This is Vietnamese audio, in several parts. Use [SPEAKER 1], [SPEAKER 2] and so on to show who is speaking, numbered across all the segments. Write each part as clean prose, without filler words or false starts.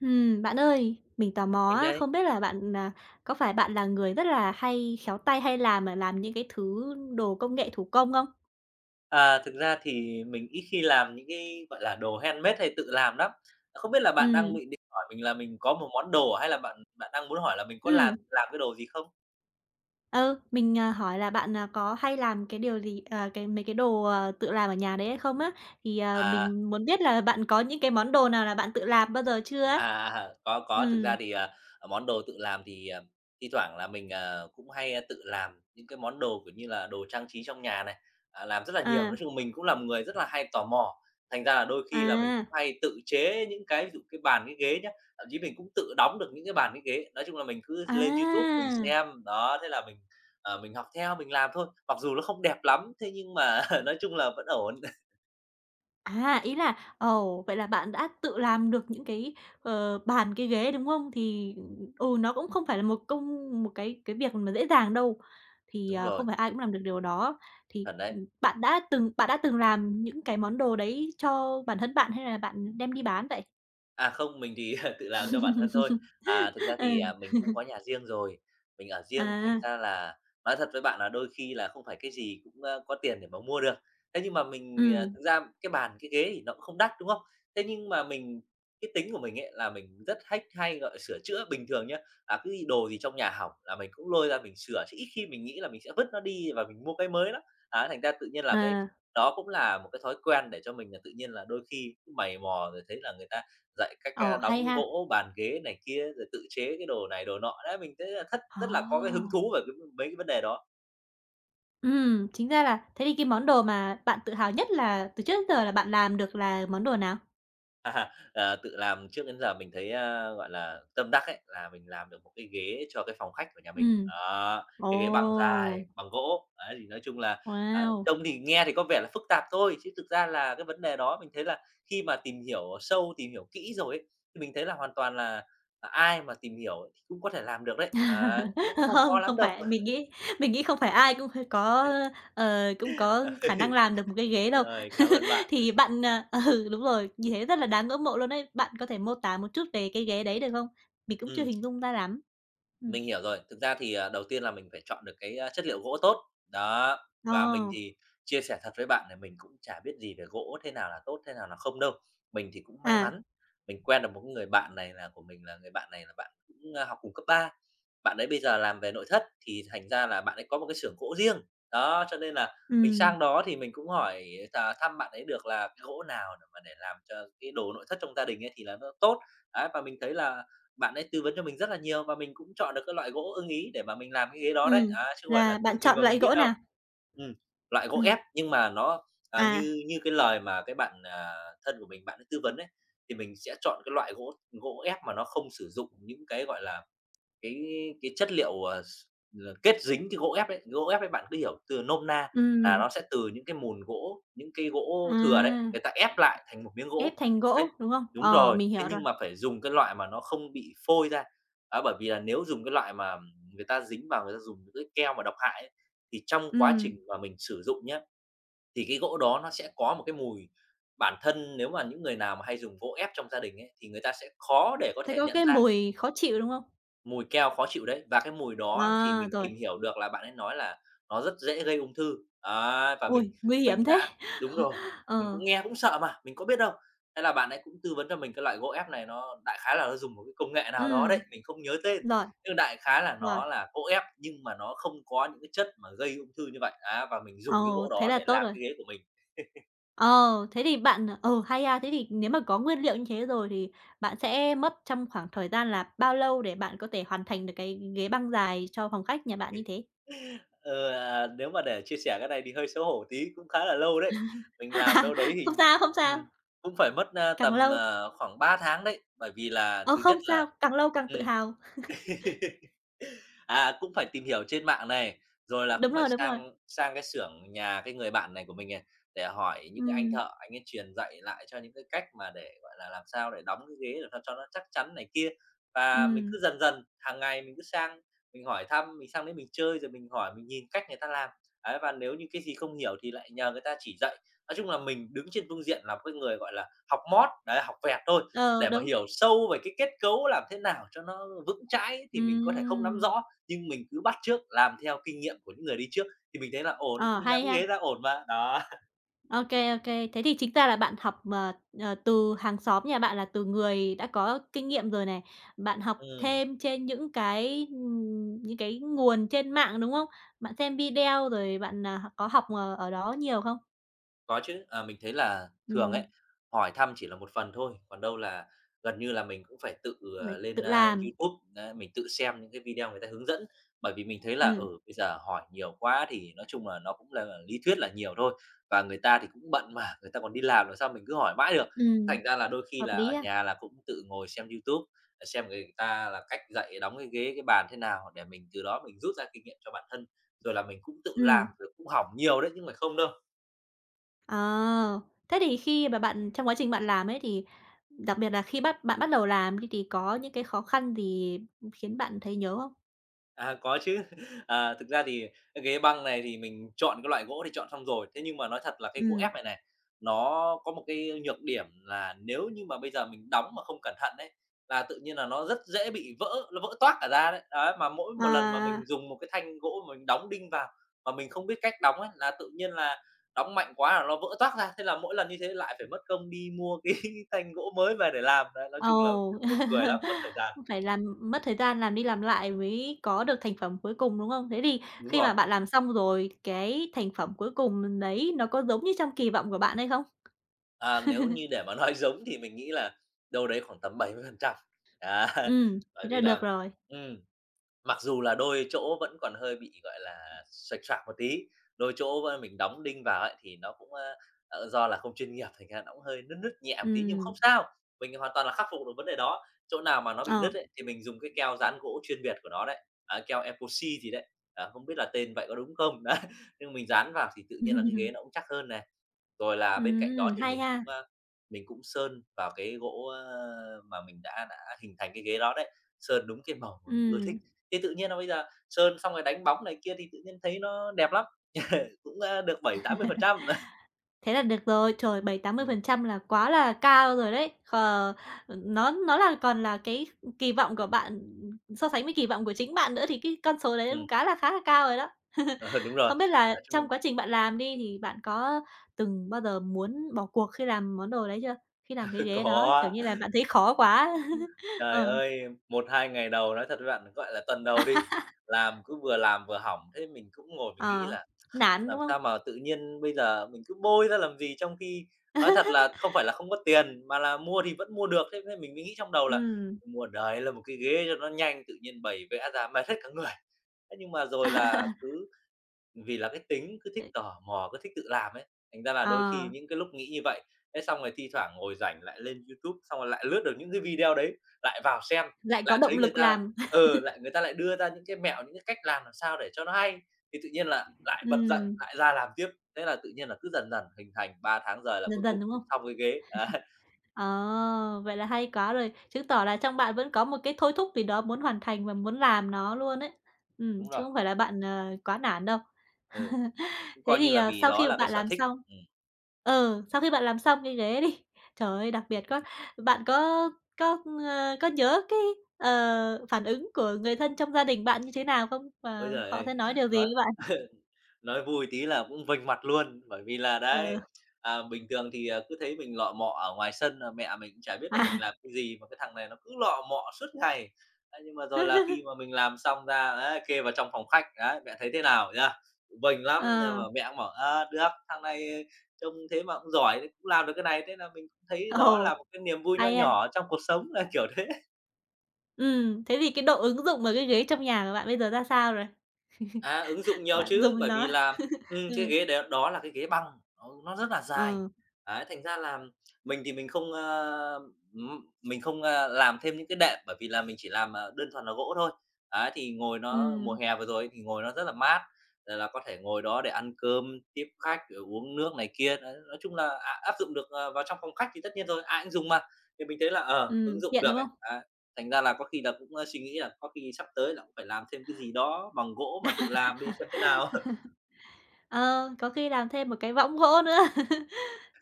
[SPEAKER 1] Bạn ơi, mình tò mò
[SPEAKER 2] Mình
[SPEAKER 1] á,
[SPEAKER 2] đây.
[SPEAKER 1] không biết là bạn, có phải bạn là người rất là hay khéo tay hay làm những cái thứ đồ công nghệ thủ công không?
[SPEAKER 2] Thực ra thì mình ít khi làm những cái, gọi là, đồ handmade hay tự làm lắm. Không biết là bạn đang
[SPEAKER 1] Ừm,
[SPEAKER 2] bị định hỏi mình là mình có một món đồ hay là bạn bạn đang muốn hỏi là mình có làm
[SPEAKER 1] ừm,
[SPEAKER 2] làm cái đồ gì không?
[SPEAKER 1] ừ, mình, hỏi là bạn, có hay làm cái điều gì, cái mấy cái đồ, tự làm ở nhà đấy hay không á? Thì,
[SPEAKER 2] À.
[SPEAKER 1] mình muốn biết là bạn có những cái món đồ nào là bạn tự làm bao giờ chưa á?
[SPEAKER 2] Có, có. Thực
[SPEAKER 1] Ừm,
[SPEAKER 2] ra thì, món đồ tự làm thì, thi thoảng là mình, cũng hay, tự làm những cái món đồ, kiểu như là, đồ trang trí trong nhà này, làm rất là nhiều.
[SPEAKER 1] à,
[SPEAKER 2] Nói chung mình cũng là một người rất là hay tò mò, thành ra là đôi khi là mình
[SPEAKER 1] à,
[SPEAKER 2] cũng hay tự chế những cái ví dụ cái bàn, cái ghế nhá, thậm chí mình cũng tự đóng được những cái bàn, cái ghế. Nói chung là mình cứ lên YouTube mình
[SPEAKER 1] à!
[SPEAKER 2] xem, đó, thế là mình, ờ, mình học theo, mình làm thôi, mặc dù nó không đẹp lắm, thế nhưng mà nói chung là vẫn ổn.
[SPEAKER 1] À, ý là ồ, vậy là bạn đã tự làm được những cái, bàn, cái ghế, đúng không? Thì, ừ, nó cũng không phải là một công một cái việc mà dễ dàng đâu, thì,
[SPEAKER 2] Đúng rồi,
[SPEAKER 1] không phải ai cũng làm được điều đó. Thì,
[SPEAKER 2] chuẩn đấy.
[SPEAKER 1] bạn đã từng làm những cái món đồ đấy cho bản thân bạn hay là bạn đem đi bán vậy?
[SPEAKER 2] Không, mình thì tự làm cho bản thân thôi. Thực ra thì,
[SPEAKER 1] Ừ,
[SPEAKER 2] mình cũng có nhà riêng rồi, mình ở riêng, thành
[SPEAKER 1] à,
[SPEAKER 2] ra là nói thật với bạn là đôi khi là không phải cái gì cũng, có tiền để mà mua được. Thế nhưng mà mình,
[SPEAKER 1] ừm,
[SPEAKER 2] thực ra cái bàn, cái ghế thì nó cũng không đắt, đúng không? Thế nhưng mà mình cái tính của mình ấy là mình rất hách hay, gọi sửa chữa. Bình thường nhá, cứ gì đồ gì trong nhà hỏng là mình cũng lôi ra mình sửa, chứ ít khi mình nghĩ là mình sẽ vứt nó đi và mình mua cái mới lắm. Thành ra tự nhiên là cái
[SPEAKER 1] à,
[SPEAKER 2] đó cũng là một cái thói quen để cho mình là tự nhiên là đôi khi cứ mày mò rồi thấy là người ta dạy cách,
[SPEAKER 1] ồ,
[SPEAKER 2] đóng
[SPEAKER 1] hay ha.
[SPEAKER 2] gỗ bàn ghế này kia, rồi tự chế cái đồ này đồ nọ. Đấy, mình thấy là thất
[SPEAKER 1] Ồ,
[SPEAKER 2] rất là có cái hứng thú về cái mấy cái vấn đề đó.
[SPEAKER 1] chính ra là thế thì cái món đồ mà bạn tự hào nhất là từ trước đến giờ là bạn làm được là món đồ nào?
[SPEAKER 2] Ờ, Tự làm trước đến giờ mình thấy, gọi là, tâm đắc ấy, là mình làm được một cái ghế cho cái phòng khách của nhà mình.
[SPEAKER 1] Ừm.
[SPEAKER 2] Đó,
[SPEAKER 1] Ồ!
[SPEAKER 2] cái ghế bằng dài, bằng gỗ. Đấy, thì nói chung là,
[SPEAKER 1] Wow!
[SPEAKER 2] trông thì nghe thì có vẻ là phức tạp thôi, chứ thực ra là cái vấn đề đó mình thấy là khi mà tìm hiểu sâu, tìm hiểu kỹ rồi ấy, thì mình thấy là hoàn toàn là, ai mà tìm hiểu thì cũng có thể làm được đấy. Đấy, nó cũng không khó
[SPEAKER 1] Không,
[SPEAKER 2] lắm
[SPEAKER 1] không
[SPEAKER 2] đâu.
[SPEAKER 1] phải mình nghĩ không phải ai cũng phải có, cũng có khả năng làm được một cái ghế đâu.
[SPEAKER 2] Rồi, cảm ơn bạn.
[SPEAKER 1] Thì bạn, ừ, đúng rồi, như thế rất là đáng ngưỡng mộ luôn đấy. Bạn có thể mô tả một chút về cái ghế đấy được không? Mình cũng chưa
[SPEAKER 2] Ừm,
[SPEAKER 1] hình dung ra lắm. Ừm.
[SPEAKER 2] mình hiểu rồi. Thực ra thì, đầu tiên là mình phải chọn được cái, chất liệu gỗ tốt, đó, và
[SPEAKER 1] Ờ,
[SPEAKER 2] mình thì chia sẻ thật với bạn là mình cũng chả biết gì về gỗ, thế nào là tốt, thế nào là không đâu. Mình thì cũng may
[SPEAKER 1] à,
[SPEAKER 2] mắn, mình quen được một cái người bạn này là của mình là người bạn này là bạn cũng, học cùng cấp 3. Bạn ấy bây giờ làm về nội thất, thì thành ra là bạn ấy có một cái xưởng gỗ riêng. Đó, cho nên là mình
[SPEAKER 1] ừm,
[SPEAKER 2] sang đó thì mình cũng hỏi thăm bạn ấy được là cái gỗ nào để làm cho cái đồ nội thất trong gia đình ấy thì là nó tốt. Đấy, và mình thấy là bạn ấy tư vấn cho mình rất là nhiều và mình cũng chọn được cái loại gỗ ưng ý để mà mình làm cái ghế đó đấy,
[SPEAKER 1] ừm,
[SPEAKER 2] á, chứ không phải là
[SPEAKER 1] là bạn
[SPEAKER 2] tự mình
[SPEAKER 1] chọn
[SPEAKER 2] mà mình
[SPEAKER 1] loại
[SPEAKER 2] biết
[SPEAKER 1] gỗ
[SPEAKER 2] đâu.
[SPEAKER 1] nào?
[SPEAKER 2] Ừm, loại gỗ
[SPEAKER 1] Ừm,
[SPEAKER 2] ép nhưng mà nó, à,
[SPEAKER 1] à,
[SPEAKER 2] như như cái lời mà cái bạn thân của mình bạn ấy tư vấn đấy thì mình sẽ chọn cái loại gỗ gỗ ép mà nó không sử dụng những cái, gọi là, cái chất liệu, kết dính cái gỗ ép ấy bạn cứ hiểu từ nôm na là
[SPEAKER 1] ừm,
[SPEAKER 2] nó sẽ từ những cái mùn gỗ, những cái gỗ
[SPEAKER 1] à,
[SPEAKER 2] thừa đấy, người ta ép lại thành một miếng
[SPEAKER 1] ghép
[SPEAKER 2] gỗ.
[SPEAKER 1] thành gỗ,
[SPEAKER 2] Đấy,
[SPEAKER 1] đúng không?
[SPEAKER 2] đúng
[SPEAKER 1] Ờ,
[SPEAKER 2] rồi,
[SPEAKER 1] mình
[SPEAKER 2] thế
[SPEAKER 1] hiểu rồi.
[SPEAKER 2] nhưng mà phải dùng cái loại mà nó không bị phôi ra, á, bởi vì là nếu dùng cái loại mà người ta dính vào, người ta dùng những cái keo mà độc hại ấy, thì trong quá trình
[SPEAKER 1] Ừm,
[SPEAKER 2] mà mình sử dụng nhé thì cái gỗ đó nó sẽ có một cái mùi bản thân nếu mà những người nào mà hay dùng gỗ ép trong gia đình ấy, thì người ta sẽ khó để có
[SPEAKER 1] Thế
[SPEAKER 2] thể
[SPEAKER 1] có
[SPEAKER 2] nhận
[SPEAKER 1] cái
[SPEAKER 2] ra.
[SPEAKER 1] mùi khó chịu, đúng không?
[SPEAKER 2] Mùi keo khó chịu đấy, và cái mùi đó thì
[SPEAKER 1] À,
[SPEAKER 2] mình
[SPEAKER 1] rồi.
[SPEAKER 2] tìm hiểu được là bạn ấy nói là nó rất dễ gây ung thư. Đấy, và mình
[SPEAKER 1] Ôi, nguy hiểm
[SPEAKER 2] mình
[SPEAKER 1] thế!
[SPEAKER 2] đã đúng rồi, mình
[SPEAKER 1] Ờ,
[SPEAKER 2] cũng nghe cũng sợ mà, mình có biết đâu. Thế là bạn ấy cũng tư vấn cho mình cái loại gỗ ép này nó đại khái là nó dùng một cái công nghệ nào đó
[SPEAKER 1] ừm,
[SPEAKER 2] đấy, mình không nhớ tên,
[SPEAKER 1] rồi,
[SPEAKER 2] nhưng đại khái là
[SPEAKER 1] rồi,
[SPEAKER 2] nó là gỗ ép nhưng mà nó không có những cái chất mà gây ung thư như vậy. Á, và mình
[SPEAKER 1] ờ,
[SPEAKER 2] dùng cái gỗ
[SPEAKER 1] thế
[SPEAKER 2] đó
[SPEAKER 1] là
[SPEAKER 2] để
[SPEAKER 1] tốt
[SPEAKER 2] làm
[SPEAKER 1] rồi.
[SPEAKER 2] cái ghế của mình.
[SPEAKER 1] Ờ, Thế thì bạn hay ha, thế thì nếu mà có nguyên liệu như thế rồi thì bạn sẽ mất trong khoảng thời gian là bao lâu để bạn có thể hoàn thành được cái ghế băng dài cho phòng khách nhà bạn như thế?
[SPEAKER 2] Nếu mà để chia sẻ cái này thì hơi xấu hổ tí, cũng khá là lâu đấy. Mình làm
[SPEAKER 1] À,
[SPEAKER 2] đâu đấy thì
[SPEAKER 1] không sao, không sao,
[SPEAKER 2] ừm, cũng phải mất,
[SPEAKER 1] càng
[SPEAKER 2] tầm,
[SPEAKER 1] lâu
[SPEAKER 2] khoảng 3 tháng đấy, bởi vì là
[SPEAKER 1] ờ,
[SPEAKER 2] thứ
[SPEAKER 1] không
[SPEAKER 2] nhất
[SPEAKER 1] sao,
[SPEAKER 2] là
[SPEAKER 1] càng lâu càng tự
[SPEAKER 2] ừm.
[SPEAKER 1] hào.
[SPEAKER 2] Cũng phải tìm hiểu trên mạng này, rồi là
[SPEAKER 1] Đúng
[SPEAKER 2] cũng phải
[SPEAKER 1] rồi, đúng rồi.
[SPEAKER 2] sang sang cái xưởng nhà cái người bạn này của mình này, để hỏi những cái anh
[SPEAKER 1] Ừm,
[SPEAKER 2] thợ, anh ấy truyền dạy lại cho những cái cách mà để, gọi là, làm sao để đóng cái ghế để sao cho nó chắc chắn này kia. Và mình
[SPEAKER 1] ừm,
[SPEAKER 2] cứ dần dần, hàng ngày mình cứ sang mình hỏi thăm, mình sang đấy mình chơi, rồi mình hỏi, mình nhìn cách người ta làm. Ấy, và nếu như cái gì không hiểu thì lại nhờ người ta chỉ dạy. Nói chung là mình đứng trên phương diện là cái người, gọi là, học mót, đấy, học vẹt thôi,
[SPEAKER 1] ờ,
[SPEAKER 2] để mà
[SPEAKER 1] đúng.
[SPEAKER 2] hiểu sâu về cái kết cấu làm thế nào cho nó vững chãi ấy thì mình có thể không nắm
[SPEAKER 1] Ừm,
[SPEAKER 2] rõ, nhưng mình cứ bắt chước làm theo kinh nghiệm của những người đi trước thì mình thấy là ổn,
[SPEAKER 1] ờ,
[SPEAKER 2] mình
[SPEAKER 1] hay
[SPEAKER 2] làm cái
[SPEAKER 1] ha.
[SPEAKER 2] ghế ra ổn mà, đó.
[SPEAKER 1] OK OK. Thế thì chính ra là bạn học, từ hàng xóm nhà bạn là từ người đã có kinh nghiệm rồi này, bạn học
[SPEAKER 2] Ừ.
[SPEAKER 1] thêm trên những cái nguồn trên mạng, đúng không? Bạn xem video rồi bạn, có học, ở đó nhiều không?
[SPEAKER 2] Có chứ, mình thấy là thường
[SPEAKER 1] Ừm,
[SPEAKER 2] ấy, hỏi thăm chỉ là một phần thôi, còn đâu là gần như là mình cũng phải tự,
[SPEAKER 1] mình tự
[SPEAKER 2] lên,
[SPEAKER 1] làm.
[SPEAKER 2] YouTube, đấy, mình tự xem những cái video người ta hướng dẫn. Bởi vì mình thấy là, ở
[SPEAKER 1] Ừ.
[SPEAKER 2] bây giờ hỏi nhiều quá thì nói chung là nó cũng là lý thuyết là nhiều thôi, và người ta thì cũng bận mà, người ta còn đi làm sao mình cứ hỏi mãi được.
[SPEAKER 1] Ừ.
[SPEAKER 2] Thành ra là đôi khi
[SPEAKER 1] Hợp
[SPEAKER 2] là
[SPEAKER 1] lý
[SPEAKER 2] ở
[SPEAKER 1] ha.
[SPEAKER 2] nhà là cũng tự ngồi xem YouTube, xem người ta là cách dạy đóng cái ghế, cái bàn thế nào để mình từ đó mình rút ra kinh nghiệm cho bản thân, rồi là mình cũng tự làm
[SPEAKER 1] Ừm,
[SPEAKER 2] rồi cũng hỏng nhiều đấy chứ không phải không đâu.
[SPEAKER 1] ờ. Thế thì khi mà bạn trong quá trình bạn làm ấy thì đặc biệt là khi bạn bắt đầu làm đi thì có những cái khó khăn gì khiến bạn thấy nhớ không?
[SPEAKER 2] Có chứ. Thực ra thì cái ghế băng này thì mình chọn cái loại gỗ thì chọn xong rồi, thế nhưng mà nói thật là cái gỗ
[SPEAKER 1] Ừ.
[SPEAKER 2] ép này này, nó có một cái nhược điểm là nếu như mà bây giờ mình đóng mà không cẩn thận đấy là tự nhiên là nó rất dễ bị vỡ, nó vỡ toác cả ra đấy. Đấy, mà mỗi một lần mà
[SPEAKER 1] À.
[SPEAKER 2] mình dùng một cái thanh gỗ mà mình đóng đinh vào mà mình không biết cách đóng ấy, là tự nhiên là đóng mạnh quá là nó vỡ toác ra, thế là mỗi lần như thế lại phải mất công đi mua cái thanh gỗ mới về để làm. Đấy, nói chung là
[SPEAKER 1] Ồ,
[SPEAKER 2] buồn cười lắm, mất thời gian.
[SPEAKER 1] phải làm mất thời gian làm đi làm lại mới có được thành phẩm cuối cùng, đúng không? Thế thì
[SPEAKER 2] Đúng
[SPEAKER 1] khi
[SPEAKER 2] rồi.
[SPEAKER 1] mà bạn làm xong rồi, cái thành phẩm cuối cùng đấy nó có giống như trong kỳ vọng của bạn hay không?
[SPEAKER 2] Nếu như để mà nói giống thì mình nghĩ là đâu đấy khoảng tầm 70%. Á,
[SPEAKER 1] Ừ, thế
[SPEAKER 2] bởi
[SPEAKER 1] là
[SPEAKER 2] vì
[SPEAKER 1] được
[SPEAKER 2] là
[SPEAKER 1] rồi.
[SPEAKER 2] ừm. Mặc dù là đôi chỗ vẫn còn hơi bị, gọi là, sạch xoạc một tí, đôi chỗ v mình đóng đinh vào ấy thì nó cũng, do là không chuyên nghiệp thành ra nó cũng hơi nứt nứt nhẹ một tí, nhưng
[SPEAKER 1] Ừ,
[SPEAKER 2] không sao, mình hoàn toàn là khắc phục được vấn đề đó. Chỗ nào mà nó bị
[SPEAKER 1] ờ.
[SPEAKER 2] nứt ấy thì mình dùng cái keo dán gỗ chuyên biệt của nó đấy, á, keo epoxy gì đấy, à, không biết là tên vậy có đúng không? Đấy, nhưng mình dán vào thì tự nhiên là cái ghế nó cũng chắc hơn này. Rồi là
[SPEAKER 1] ừ,
[SPEAKER 2] bên cạnh đó thì
[SPEAKER 1] hay
[SPEAKER 2] mình cũng,
[SPEAKER 1] ha.
[SPEAKER 2] a, mình cũng sơn vào cái gỗ, mà mình đã hình thành cái ghế đó đấy, sơn đúng cái màu mà mình ưa thích.
[SPEAKER 1] Ừ.
[SPEAKER 2] Thì tự nhiên là bây giờ sơn xong rồi đánh bóng này kia thì tự nhiên thấy nó đẹp lắm, cũng được 70%-80%.
[SPEAKER 1] Thế là được rồi. Trời, bảy tám mươi
[SPEAKER 2] Ừm.
[SPEAKER 1] phần trăm là quá là cao rồi đấy. Khờ nó là còn là cái kỳ vọng của bạn so sánh với kỳ vọng của chính bạn nữa thì cái con số đấy
[SPEAKER 2] Ừm,
[SPEAKER 1] cũng khá là cao rồi đó.
[SPEAKER 2] ờ, đúng rồi,
[SPEAKER 1] Không biết là
[SPEAKER 2] nói chung.
[SPEAKER 1] trong quá trình bạn làm đi thì bạn có từng bao giờ muốn bỏ cuộc khi làm món đồ đấy chưa? Khi làm cái ghế đó, kiểu
[SPEAKER 2] Có,
[SPEAKER 1] như là, bạn thấy khó quá.
[SPEAKER 2] trời
[SPEAKER 1] Ờ,
[SPEAKER 2] ơi, một hai ngày đầu nói thật với bạn, gọi là, tuần đầu đi, làm cứ vừa làm vừa hỏng, thế mình cũng ngồi mình nghĩ
[SPEAKER 1] ờ,
[SPEAKER 2] là
[SPEAKER 1] nản,
[SPEAKER 2] làm
[SPEAKER 1] đúng không?
[SPEAKER 2] sao mà tự nhiên bây giờ mình cứ bôi ra làm gì, trong khi nói thật là không phải là không có tiền, mà là mua thì vẫn mua được. Thế nên mình mới nghĩ trong đầu là
[SPEAKER 1] ừ
[SPEAKER 2] mua đời là một cái ghế cho nó nhanh, tự nhiên bày vẽ ra mệt hết cả người. Thế nhưng mà rồi là cứ, vì là cái tính cứ thích tò mò, cứ thích tự làm ấy, thành ra là đôi khi
[SPEAKER 1] Ờ,
[SPEAKER 2] những cái lúc nghĩ như vậy, thế xong rồi thi thoảng ngồi rảnh lại lên YouTube, xong rồi lại lướt được những cái video đấy, lại vào xem,
[SPEAKER 1] lại có
[SPEAKER 2] lại
[SPEAKER 1] động
[SPEAKER 2] thấy người
[SPEAKER 1] lực
[SPEAKER 2] ta
[SPEAKER 1] làm.
[SPEAKER 2] ờ, lại người ta lại đưa ra những cái mẹo, những cái cách làm sao để cho nó hay, thì tự nhiên là lại bật dậy,
[SPEAKER 1] Ừm,
[SPEAKER 2] lại ra làm tiếp. Thế là tự nhiên là cứ dần dần hình thành 3 tháng rồi là
[SPEAKER 1] Dần
[SPEAKER 2] cuối
[SPEAKER 1] dần,
[SPEAKER 2] cùng
[SPEAKER 1] đúng
[SPEAKER 2] cũng
[SPEAKER 1] không?
[SPEAKER 2] xong cái ghế. Đấy,
[SPEAKER 1] Ờ, vậy là hay quá rồi, chứng tỏ là trong bạn vẫn có một cái thôi thúc gì đó muốn hoàn thành và muốn làm nó luôn ấy.
[SPEAKER 2] đúng
[SPEAKER 1] Chứ
[SPEAKER 2] rồi,
[SPEAKER 1] không phải là bạn, quá nản đâu.
[SPEAKER 2] ừ, cũng
[SPEAKER 1] Thế
[SPEAKER 2] coi như
[SPEAKER 1] thì,
[SPEAKER 2] là vì đó là cái sở thích. Ừm.
[SPEAKER 1] sau khi bạn làm xong cái ghế đi, trời ơi, đặc biệt quá, bạn có, có nhớ cái, phản ứng của người thân trong gia đình bạn như thế nào không?
[SPEAKER 2] Ôi
[SPEAKER 1] Và
[SPEAKER 2] giời
[SPEAKER 1] họ
[SPEAKER 2] ơi!
[SPEAKER 1] sẽ nói điều gì
[SPEAKER 2] Nói,
[SPEAKER 1] với bạn?
[SPEAKER 2] nói vui tí là cũng vênh mặt luôn, bởi vì là
[SPEAKER 1] Ừ,
[SPEAKER 2] đấy, à, bình thường thì, à, cứ thấy mình lọ mọ ở ngoài sân là mẹ mình cũng chả biết là mình
[SPEAKER 1] à.
[SPEAKER 2] làm cái gì, mà cái thằng này nó cứ lọ mọ suốt ngày. Ấy, nhưng mà rồi là khi mà mình làm xong ra, đấy, kê vào trong phòng khách, đấy, "Mẹ thấy thế nào?" nhá, vênh lắm, nhưng
[SPEAKER 1] Ờ,
[SPEAKER 2] mà mẹ cũng bảo: "Ờ, được, thằng này trông thế mà cũng giỏi, cũng làm được cái này." Thế là mình cũng thấy đó là
[SPEAKER 1] ồ,
[SPEAKER 2] một cái niềm vui nho
[SPEAKER 1] hay ha.
[SPEAKER 2] nhỏ trong cuộc sống, là kiểu thế.
[SPEAKER 1] Thế thì cái độ ứng dụng ở cái ghế trong nhà của bạn bây giờ ra sao rồi?
[SPEAKER 2] À, ứng dụng nhiều
[SPEAKER 1] Bạn
[SPEAKER 2] chứ,
[SPEAKER 1] dùng
[SPEAKER 2] bởi vì
[SPEAKER 1] nó
[SPEAKER 2] là, cái
[SPEAKER 1] ừ,
[SPEAKER 2] ghế đó là cái ghế băng, nó rất là dài.
[SPEAKER 1] ờ,
[SPEAKER 2] Ấy, thành ra là mình thì mình không, ơ, mình không, a, làm thêm những cái đệm, bởi vì là mình chỉ làm, đơn thuần là gỗ thôi. Ấy, thì ngồi nó mùa
[SPEAKER 1] ừm,
[SPEAKER 2] hè vừa rồi thì ngồi nó rất là mát, rồi là có thể ngồi đó để ăn cơm, tiếp khách, rồi uống nước này kia. Đấy, nói chung là áp dụng được, vào trong phòng khách thì tất nhiên rồi, ai cũng dùng mà, thì mình thấy là, ứng dụng
[SPEAKER 1] tiện,
[SPEAKER 2] được
[SPEAKER 1] đúng
[SPEAKER 2] ấy.
[SPEAKER 1] không?
[SPEAKER 2] Thành ra là có khi là cũng, suy nghĩ là có khi sắp tới là cũng phải làm thêm cái gì đó bằng gỗ mà tự làm đi xem thế nào.
[SPEAKER 1] Ờ, có khi làm thêm một cái võng gỗ nữa.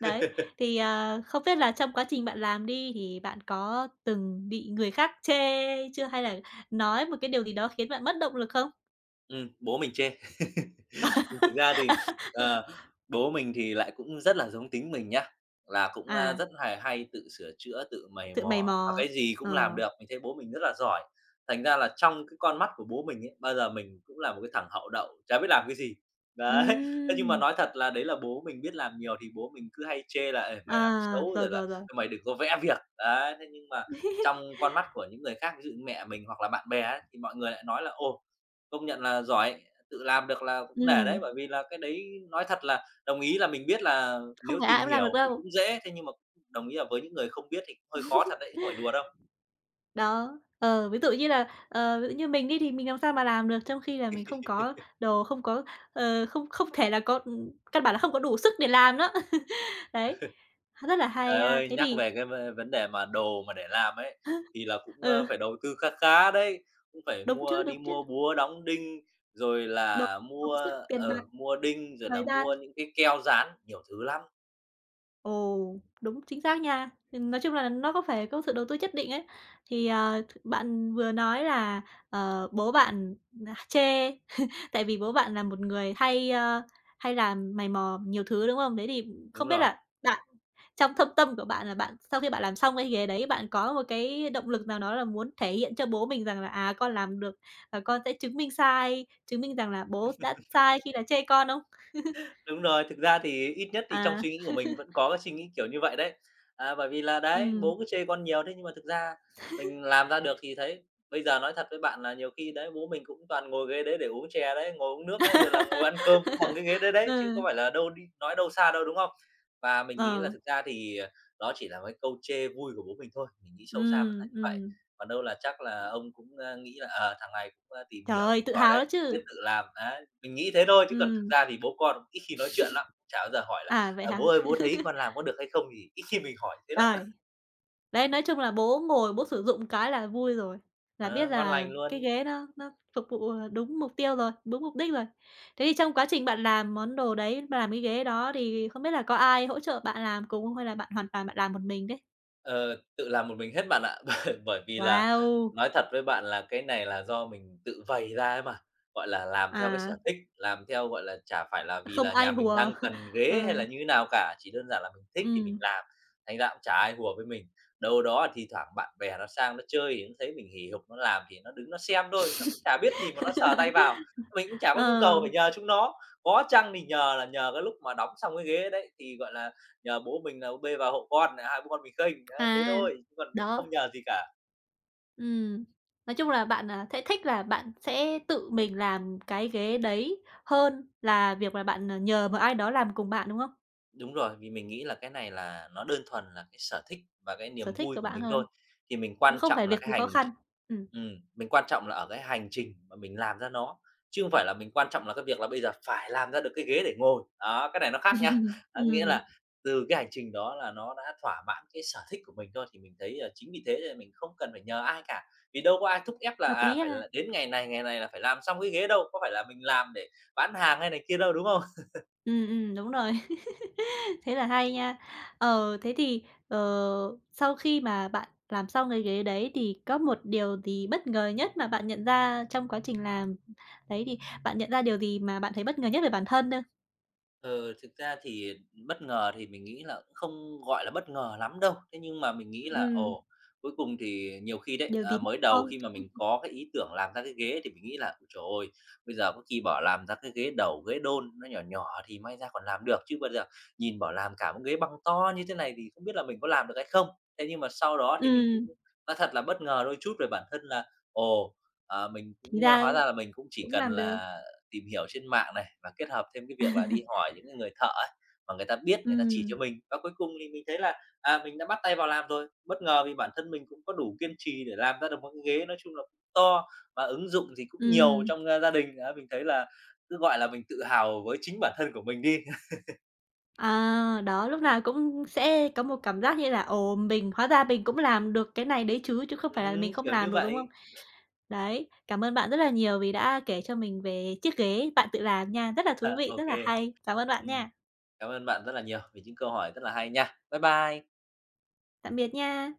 [SPEAKER 1] Đấy, thì, không biết là trong quá trình bạn làm đi thì bạn có từng bị người khác chê chưa? Hay là nói một cái điều gì đó khiến bạn mất động lực không?
[SPEAKER 2] Bố mình chê. Thực ra thì, ờ, bố mình thì lại cũng rất là giống tính mình nhá, là cũng,
[SPEAKER 1] À,
[SPEAKER 2] rất là hay tự sửa chữa, tự mày
[SPEAKER 1] tự mày
[SPEAKER 2] mò và
[SPEAKER 1] mò.
[SPEAKER 2] cái gì cũng làm
[SPEAKER 1] Ờ,
[SPEAKER 2] được, mình thấy bố mình rất là giỏi. Thành ra là trong cái con mắt của bố mình ấy, bao giờ mình cũng là một cái thằng hậu đậu, chả biết làm cái gì. Đấy, thế nhưng mà
[SPEAKER 1] ừm,
[SPEAKER 2] nói thật là đấy là bố mình biết làm nhiều thì bố mình cứ hay chê là "Ê, mày làm
[SPEAKER 1] à,
[SPEAKER 2] xấu"
[SPEAKER 1] rồi,
[SPEAKER 2] rồi
[SPEAKER 1] rồi,
[SPEAKER 2] là
[SPEAKER 1] rồi.
[SPEAKER 2] "Mày đừng có vẽ việc." Đấy, thế nhưng mà trong con mắt của những người khác, ví dụ như mẹ mình hoặc là bạn bè ấy, thì mọi người lại nói là "Ồ, công nhận là giỏi, tự làm được là cũng nể đấy,
[SPEAKER 1] Ừm,
[SPEAKER 2] bởi vì là cái đấy nói thật là đồng ý là mình biết là
[SPEAKER 1] Không
[SPEAKER 2] nếu
[SPEAKER 1] phải
[SPEAKER 2] tìm
[SPEAKER 1] ai cũng làm
[SPEAKER 2] hiểu
[SPEAKER 1] được
[SPEAKER 2] thì
[SPEAKER 1] đâu.
[SPEAKER 2] cũng dễ, thế nhưng mà đồng ý là với những người không biết thì cũng hơi khó thật đấy, chứ không phải đùa đâu."
[SPEAKER 1] Đó, ví dụ như là, ví dụ như mình đi thì mình làm sao mà làm được trong khi là mình không có đồ, không có, ờ, không không thể là có căn bản là không có đủ sức để làm đó. Đấy, rất là hay
[SPEAKER 2] Trời
[SPEAKER 1] ha.
[SPEAKER 2] ơi,
[SPEAKER 1] Thế
[SPEAKER 2] nhắc
[SPEAKER 1] thì
[SPEAKER 2] về cái vấn đề mà đồ mà để làm ấy, thì là cũng,
[SPEAKER 1] ừ,
[SPEAKER 2] phải đầu tư kha khá đấy, cũng phải mua đi
[SPEAKER 1] đúng chứ,
[SPEAKER 2] mua búa đóng đinh, rồi
[SPEAKER 1] đồ,
[SPEAKER 2] là mua,
[SPEAKER 1] công sức, tiền bạc,
[SPEAKER 2] ở mua đinh, rồi là
[SPEAKER 1] thời gian.
[SPEAKER 2] mua những cái keo dán, nhiều thứ lắm.
[SPEAKER 1] Ồ, đúng, chính xác nha. Thì nói chung là nó có phải có sự đầu tư nhất định ấy. Thì, ờ, th bạn vừa nói là, bố bạn, chê. Tại vì bố bạn là một người hay làm mày mò nhiều thứ, đúng không? Thế thì
[SPEAKER 2] Đúng
[SPEAKER 1] không biết
[SPEAKER 2] rồi.
[SPEAKER 1] là bạn trong thâm tâm của bạn là bạn sau khi bạn làm xong cái ghế đấy, bạn có một cái động lực nào đó là muốn thể hiện cho bố mình rằng là, con làm được và con sẽ chứng minh sai, chứng minh rằng là bố đã sai khi là chê con không?
[SPEAKER 2] Đúng rồi, thực ra thì ít nhất thì trong
[SPEAKER 1] À.
[SPEAKER 2] suy nghĩ của mình vẫn có cái suy nghĩ kiểu như vậy đấy. À, bởi vì là đấy,
[SPEAKER 1] Ừm.
[SPEAKER 2] bố cứ chê con nhiều thế nhưng mà thực ra mình làm ra được thì thấy bây giờ nói thật với bạn là nhiều khi đấy bố mình cũng toàn ngồi ghế đấy để uống chè đấy, ngồi uống nước đấy, rồi là ngồi ăn cơm cũng bằng cái ghế đấy đấy, chứ có
[SPEAKER 1] Ừ,
[SPEAKER 2] phải là đâu đi nói đâu xa đâu, đúng không? Và mình nghĩ là
[SPEAKER 1] ờ,
[SPEAKER 2] thực ra thì, đó chỉ là cái câu chê vui của bố mình thôi, mình nghĩ sâu xa vẫn là như vậy.
[SPEAKER 1] ừm.
[SPEAKER 2] Còn đâu là chắc là ông cũng, nghĩ là, thằng này cũng, tìm
[SPEAKER 1] Trời
[SPEAKER 2] hiểu
[SPEAKER 1] ơi, tự
[SPEAKER 2] giỏi
[SPEAKER 1] hào đó
[SPEAKER 2] đấy, biết
[SPEAKER 1] chứ.
[SPEAKER 2] tự làm, đấy. Mình nghĩ thế thôi chứ còn thực
[SPEAKER 1] Ừm,
[SPEAKER 2] ra thì bố con cũng ít khi nói chuyện lắm, chả bao giờ hỏi là
[SPEAKER 1] vậy
[SPEAKER 2] "Ờ, bố
[SPEAKER 1] hả?
[SPEAKER 2] ơi, bố thấy con làm có được hay không?" thì ít khi mình hỏi thế lắm.
[SPEAKER 1] Rồi. Đấy, nói chung là bố ngồi bố sử dụng cái là vui rồi, là biết
[SPEAKER 2] Ờ, ngon
[SPEAKER 1] là
[SPEAKER 2] lành
[SPEAKER 1] cái
[SPEAKER 2] luôn.
[SPEAKER 1] ghế nó phục vụ, đúng mục tiêu rồi, đúng mục đích rồi. Thế thì trong quá trình bạn làm món đồ đấy, bạn làm cái ghế đó thì không biết là có ai hỗ trợ bạn làm cùng không hay là bạn hoàn toàn bạn làm một mình đấy?
[SPEAKER 2] Ờ, tự làm một mình hết bạn ạ. Bởi bởi vì là
[SPEAKER 1] Wow!
[SPEAKER 2] nói thật với bạn là cái này là do mình tự vầy ra ấy mà, gọi là, làm theo cái
[SPEAKER 1] À,
[SPEAKER 2] sở thích, làm theo, gọi là, chả phải là vì
[SPEAKER 1] không
[SPEAKER 2] là nhà
[SPEAKER 1] ai
[SPEAKER 2] mình
[SPEAKER 1] hùa.
[SPEAKER 2] đang cần ghế hay
[SPEAKER 1] Ừ,
[SPEAKER 2] là như thế nào cả, chỉ đơn giản là mình thích thì mình
[SPEAKER 1] ừm,
[SPEAKER 2] làm, thành ra cũng chả ai hùa với mình. Đâu đó thì thoảng bạn bè nó sang nó chơi thì nó thấy mình hì hục nó làm thì nó đứng nó xem thôi, nó cũng chả biết gì mà nó sờ tay vào, mình cũng chả có nhu cầu
[SPEAKER 1] ờ,
[SPEAKER 2] phải nhờ chúng nó. Có chăng thì nhờ là nhờ cái lúc mà đóng xong cái ghế đấy thì, gọi là, nhờ bố mình là bê vào hộ con, à, hai bố con mình khênh, á, thế
[SPEAKER 1] à,
[SPEAKER 2] thôi, chứ còn không
[SPEAKER 1] đó,
[SPEAKER 2] nhờ gì cả.
[SPEAKER 1] ừm. Nói chung là bạn, sẽ thích là bạn sẽ tự mình làm cái ghế đấy hơn là việc là bạn, nhờ một ai đó làm cùng bạn, đúng không?
[SPEAKER 2] Đúng rồi, vì mình nghĩ là cái này là nó đơn thuần là cái sở thích và cái
[SPEAKER 1] Sở
[SPEAKER 2] niềm
[SPEAKER 1] thích
[SPEAKER 2] vui
[SPEAKER 1] của
[SPEAKER 2] của
[SPEAKER 1] bạn
[SPEAKER 2] mình
[SPEAKER 1] hơn,
[SPEAKER 2] thôi, thì mình
[SPEAKER 1] nó
[SPEAKER 2] quan
[SPEAKER 1] không phải
[SPEAKER 2] trọng là
[SPEAKER 1] việc
[SPEAKER 2] cái
[SPEAKER 1] gì khó
[SPEAKER 2] hành tr
[SPEAKER 1] khăn. Ừm.
[SPEAKER 2] mình quan trọng là ở cái hành trình mà mình làm ra nó, chứ không phải là mình quan trọng là cái việc là bây giờ phải làm ra được cái ghế để ngồi. Đó, cái này nó khác nha. Đó, nghĩa
[SPEAKER 1] Ừm,
[SPEAKER 2] là từ cái hành trình đó là nó đã thỏa mãn cái sở thích của mình thôi, thì mình thấy, chính vì thế nên mình không cần phải nhờ ai cả, vì đâu có ai thúc ép là,
[SPEAKER 1] Hợp lý
[SPEAKER 2] à, phải
[SPEAKER 1] ha.
[SPEAKER 2] là đến ngày này là phải làm xong cái ghế đâu, có phải là mình làm để bán hàng hay này kia đâu, đúng không?
[SPEAKER 1] Đúng rồi. Thế là hay nha. Thế thì, sau khi mà bạn làm xong cái ghế đấy thì có một điều gì bất ngờ nhất mà bạn nhận ra trong quá trình làm? Đấy, thì bạn nhận ra điều gì mà bạn thấy bất ngờ nhất về bản thân đâu.
[SPEAKER 2] Ờ, thực ra thì bất ngờ thì mình nghĩ là cũng không gọi là bất ngờ lắm đâu. Thế nhưng mà mình nghĩ là,
[SPEAKER 1] Ừm,
[SPEAKER 2] ồ, cuối cùng thì nhiều khi đấy,
[SPEAKER 1] Điều gì
[SPEAKER 2] à,
[SPEAKER 1] hay
[SPEAKER 2] mới
[SPEAKER 1] ho?
[SPEAKER 2] đầu khi mà mình có cái ý tưởng làm ra cái ghế thì mình nghĩ là "Ôi trời ơi, bây giờ có khi bảo làm ra cái ghế đầu, ghế đôn nó nhỏ nhỏ thì may ra còn làm được, chứ bây giờ nhìn bảo làm cả một ghế băng to như thế này thì không biết là mình có làm được hay không?" Thế nhưng mà sau đó thì mình cũng
[SPEAKER 1] Ừm,
[SPEAKER 2] nói thật là bất ngờ đôi chút về bản thân là, ồ, à, mình cũng
[SPEAKER 1] thì ra
[SPEAKER 2] hóa ra là mình cũng chỉ
[SPEAKER 1] cũng
[SPEAKER 2] cần
[SPEAKER 1] làm được.
[SPEAKER 2] là tìm hiểu trên mạng này và kết hợp thêm cái việc là đi hỏi những cái người thợ ấy, mà người ta biết người ta chỉ cho
[SPEAKER 1] Ừm,
[SPEAKER 2] mình và cuối cùng thì mình thấy là, à, mình đã bắt tay vào làm rồi. Bất ngờ vì bản thân mình cũng có đủ kiên trì để làm ra được một cái ghế nói chung là cũng to và ứng dụng thì cũng nhiều
[SPEAKER 1] ừm.
[SPEAKER 2] trong, gia đình. Đó, mình thấy là cứ, gọi là, mình tự hào với chính bản thân của mình đi.
[SPEAKER 1] À, đó, lúc nào cũng sẽ có một cảm giác như là "Ồ, mình hóa ra mình cũng làm được cái này đấy chứ, chứ không phải là mình không
[SPEAKER 2] Kiểu như
[SPEAKER 1] làm được", đúng không?
[SPEAKER 2] vậy.
[SPEAKER 1] Đấy, cảm ơn bạn rất là nhiều vì đã kể cho mình về chiếc ghế bạn tự làm nha, rất là
[SPEAKER 2] À,
[SPEAKER 1] thú vị,
[SPEAKER 2] ô
[SPEAKER 1] rất là
[SPEAKER 2] kê.
[SPEAKER 1] hay. Cảm ơn bạn nha.
[SPEAKER 2] Cảm ơn bạn rất là nhiều vì những câu hỏi rất là hay nha. Bye bye.
[SPEAKER 1] Tạm biệt nha.